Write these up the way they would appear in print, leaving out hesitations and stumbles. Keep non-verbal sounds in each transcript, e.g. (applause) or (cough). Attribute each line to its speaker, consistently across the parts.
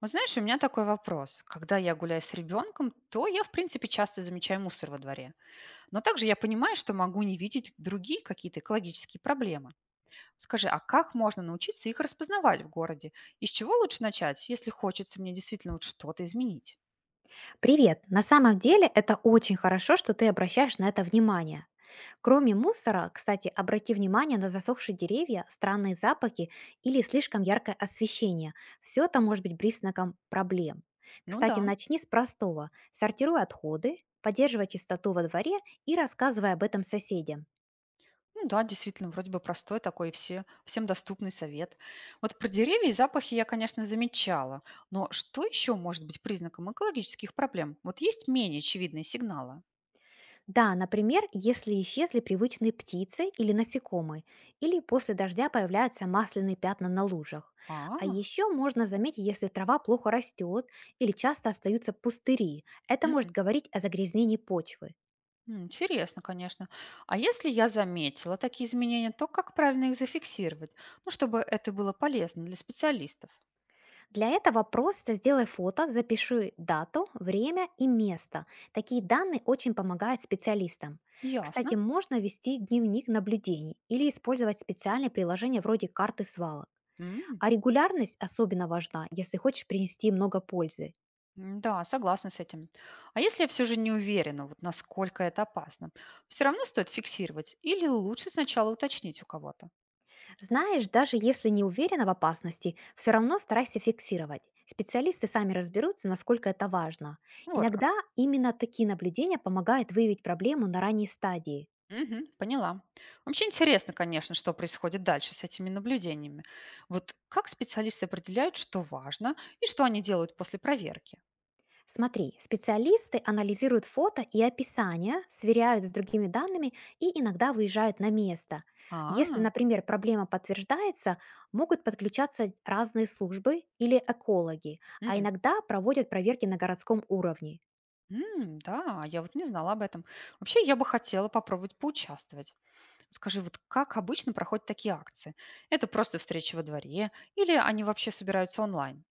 Speaker 1: Вот знаешь, у меня такой вопрос. Когда я гуляю с ребенком, то я, в принципе, часто замечаю мусор во дворе. Но также я понимаю, что могу не видеть другие какие-то экологические проблемы. Скажи, а как можно научиться их распознавать в городе? И с чего лучше начать, если хочется мне действительно вот что-то изменить?
Speaker 2: Привет! На самом деле это очень хорошо, что ты обращаешь на это внимание. Кроме мусора, кстати, обрати внимание на засохшие деревья, странные запахи или слишком яркое освещение. Все это может быть признаком проблем.
Speaker 1: Ну да,
Speaker 2: Кстати, начни с простого. Сортируй отходы, поддерживай чистоту во дворе и рассказывай об этом соседям.
Speaker 1: ну да, действительно, вроде бы простой такой, всем доступный совет. Вот про деревья и запахи я, конечно, замечала. Но что еще может быть признаком экологических проблем? Вот есть менее очевидные сигналы.
Speaker 2: Да, например, если исчезли привычные птицы или насекомые, или после дождя появляются масляные пятна на лужах. А
Speaker 1: А,
Speaker 2: еще можно заметить, если трава плохо растет или часто остаются пустыри. Это может
Speaker 1: мгм.
Speaker 2: говорить о загрязнении почвы.
Speaker 1: Интересно, конечно. А если я заметила такие изменения, то как правильно их зафиксировать? Ну, чтобы это было полезно для специалистов.
Speaker 2: Для этого просто сделай фото, запиши дату, время и место. Такие данные очень помогают специалистам. Кстати,
Speaker 1: Ясно.
Speaker 2: можно вести дневник наблюдений или использовать специальные приложения вроде карты свалок.
Speaker 1: М,
Speaker 2: А регулярность особенно важна, если хочешь принести много пользы.
Speaker 1: Да, согласна с этим. А если я все же не уверена, вот насколько это опасно, все равно стоит фиксировать или лучше сначала уточнить у кого-то?
Speaker 2: Знаешь, даже если не уверена в опасности, все равно старайся фиксировать. Специалисты сами разберутся, насколько это важно.
Speaker 1: Ну, вот
Speaker 2: Иногда
Speaker 1: как.
Speaker 2: именно такие наблюдения помогают выявить проблему на ранней стадии.
Speaker 1: Мгм, поняла. Вообще интересно, конечно, что происходит дальше с этими наблюдениями. Вот как специалисты определяют, что важно и что они делают после проверки?
Speaker 2: Смотри, специалисты анализируют фото и описание, сверяют с другими данными и иногда выезжают на место. Если,
Speaker 1: А,
Speaker 2: например, проблема подтверждается, могут подключаться разные службы или экологи, а
Speaker 1: мгм.
Speaker 2: иногда проводят проверки на городском уровне.
Speaker 1: Да, я вот не знала об этом. Вообще, я бы хотела попробовать поучаствовать. Скажи, вот как обычно проходят такие акции? Это просто встреча во дворе или они вообще собираются онлайн?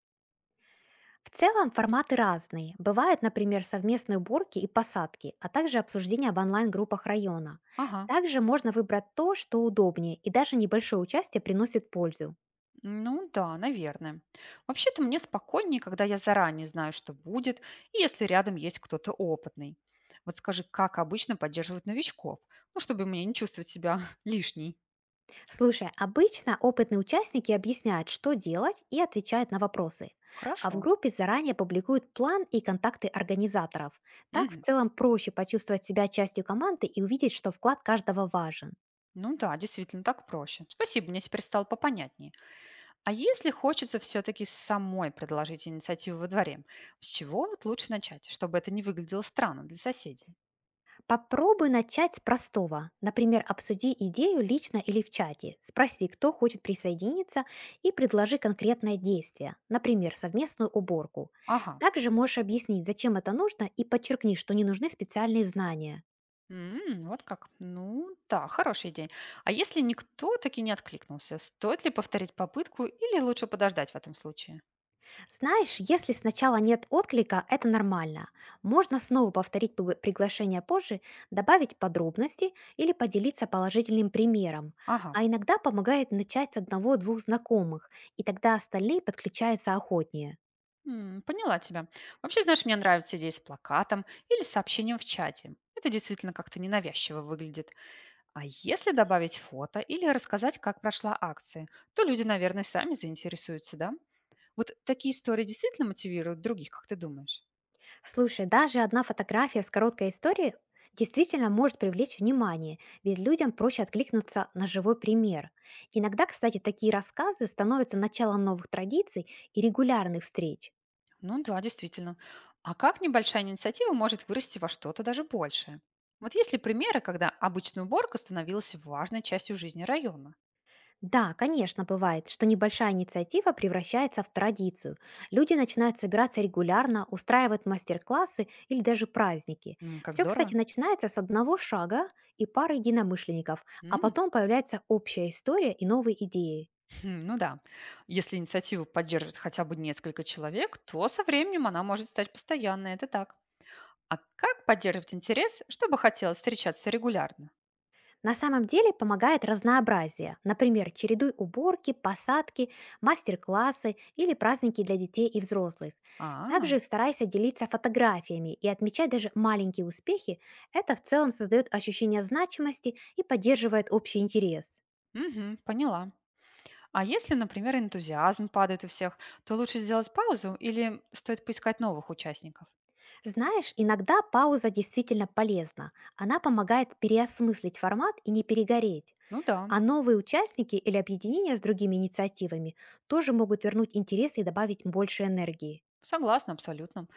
Speaker 2: В целом форматы разные. Бывают, например, совместные уборки и посадки, а также обсуждения в онлайн-группах района.
Speaker 1: Ага,
Speaker 2: Также можно выбрать то, что удобнее и даже небольшое участие приносит пользу.
Speaker 1: ну да, наверное. Вообще-то мне спокойнее, когда я заранее знаю, что будет, и если рядом есть кто-то опытный. Вот скажи, как обычно поддерживают новичков? Ну, чтобы мне не чувствовать себя (laughs) лишней.
Speaker 2: Слушай, обычно опытные участники объясняют, что делать, и отвечают на вопросы. А в
Speaker 1: Хорошо.
Speaker 2: группе заранее публикуют план и контакты организаторов. Так в
Speaker 1: Мгм.
Speaker 2: целом проще почувствовать себя частью команды и увидеть, что вклад каждого важен.
Speaker 1: Ну да, действительно, так проще. Спасибо, мне теперь стало попонятнее. А если хочется все-таки самой предложить инициативу во дворе, с чего вот лучше начать, чтобы это не выглядело странно для соседей?
Speaker 2: Попробуй начать с простого. Например, обсуди идею лично или в чате. Спроси, кто хочет присоединиться и предложи конкретное действие. Например, совместную уборку.
Speaker 1: Ага,
Speaker 2: Также можешь объяснить, зачем это нужно и подчеркни, что не нужны специальные знания.
Speaker 1: Вот как. Ну да, хорошая идея. А если никто таки не откликнулся, стоит ли повторить попытку или лучше подождать в этом случае?
Speaker 2: Знаешь, если сначала нет отклика, это нормально. Можно снова повторить приглашение позже, добавить подробности или поделиться положительным примером.
Speaker 1: Ага,
Speaker 2: А иногда помогает начать с одного-двух знакомых, и тогда остальные подключаются охотнее.
Speaker 1: Поняла тебя. Вообще, знаешь, мне нравится идея с плакатом или сообщением в чате. Это действительно как-то ненавязчиво выглядит. А если добавить фото или рассказать, как прошла акция, то люди, наверное, сами заинтересуются, да? Вот такие истории действительно мотивируют других, как ты думаешь?
Speaker 2: Слушай, даже одна фотография с короткой историей действительно может привлечь внимание, ведь людям проще откликнуться на живой пример. Иногда, кстати, такие рассказы становятся началом новых традиций и регулярных встреч.
Speaker 1: Ну да, действительно. А как небольшая инициатива может вырасти во что-то даже большее? Вот есть ли примеры, когда обычная уборка становилась важной частью жизни района?
Speaker 2: Да, конечно, бывает, что небольшая инициатива превращается в традицию. Люди начинают собираться регулярно, устраивают мастер-классы или даже праздники.
Speaker 1: Как
Speaker 2: Все, кстати,
Speaker 1: здорово.
Speaker 2: начинается с одного шага и пары единомышленников, а
Speaker 1: М,
Speaker 2: потом появляется общая история и новые идеи.
Speaker 1: (laughs) ну да. Если инициативу поддерживает хотя бы несколько человек, то со временем она может стать постоянной. Это так. А как поддерживать интерес, чтобы хотелось встречаться регулярно?
Speaker 2: На самом деле помогает разнообразие. Например, чередуй уборки, посадки, мастер-классы или праздники для детей и взрослых.
Speaker 1: А,
Speaker 2: Также старайся делиться фотографиями и отмечать даже маленькие успехи. Это в целом создает ощущение значимости и поддерживает общий интерес.
Speaker 1: мгм, поняла. А если, например, энтузиазм падает у всех, то лучше сделать паузу или стоит поискать новых участников?
Speaker 2: Знаешь, иногда пауза действительно полезна. Она помогает переосмыслить формат и не перегореть.
Speaker 1: Ну да,
Speaker 2: А новые участники или объединения с другими инициативами тоже могут вернуть интерес и добавить больше энергии.
Speaker 1: согласна абсолютно.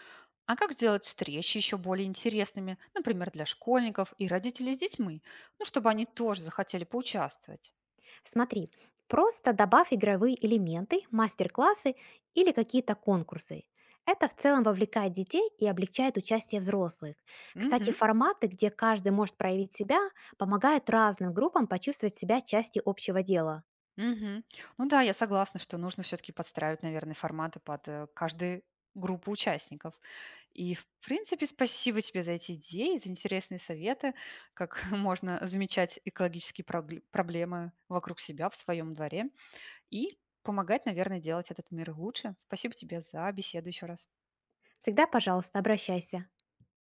Speaker 1: А как сделать встречи еще более интересными, например, для школьников и родителей с детьми, ну, чтобы они тоже захотели поучаствовать?
Speaker 2: Смотри, просто добавь игровые элементы, мастер-классы или какие-то конкурсы. Это в целом вовлекает детей и облегчает участие взрослых. Кстати,
Speaker 1: Мгм.
Speaker 2: форматы, где каждый может проявить себя, помогают разным группам почувствовать себя частью общего дела.
Speaker 1: Мгм. Ну да, я согласна, что нужно все-таки подстраивать, наверное, форматы под каждую группу участников. И, в принципе, спасибо тебе за эти идеи, за интересные советы, как (laughs) можно замечать экологические проблемы вокруг себя в своем дворе и помогать, наверное, делать этот мир лучше. Спасибо тебе за беседу еще раз.
Speaker 2: Всегда, пожалуйста, обращайся.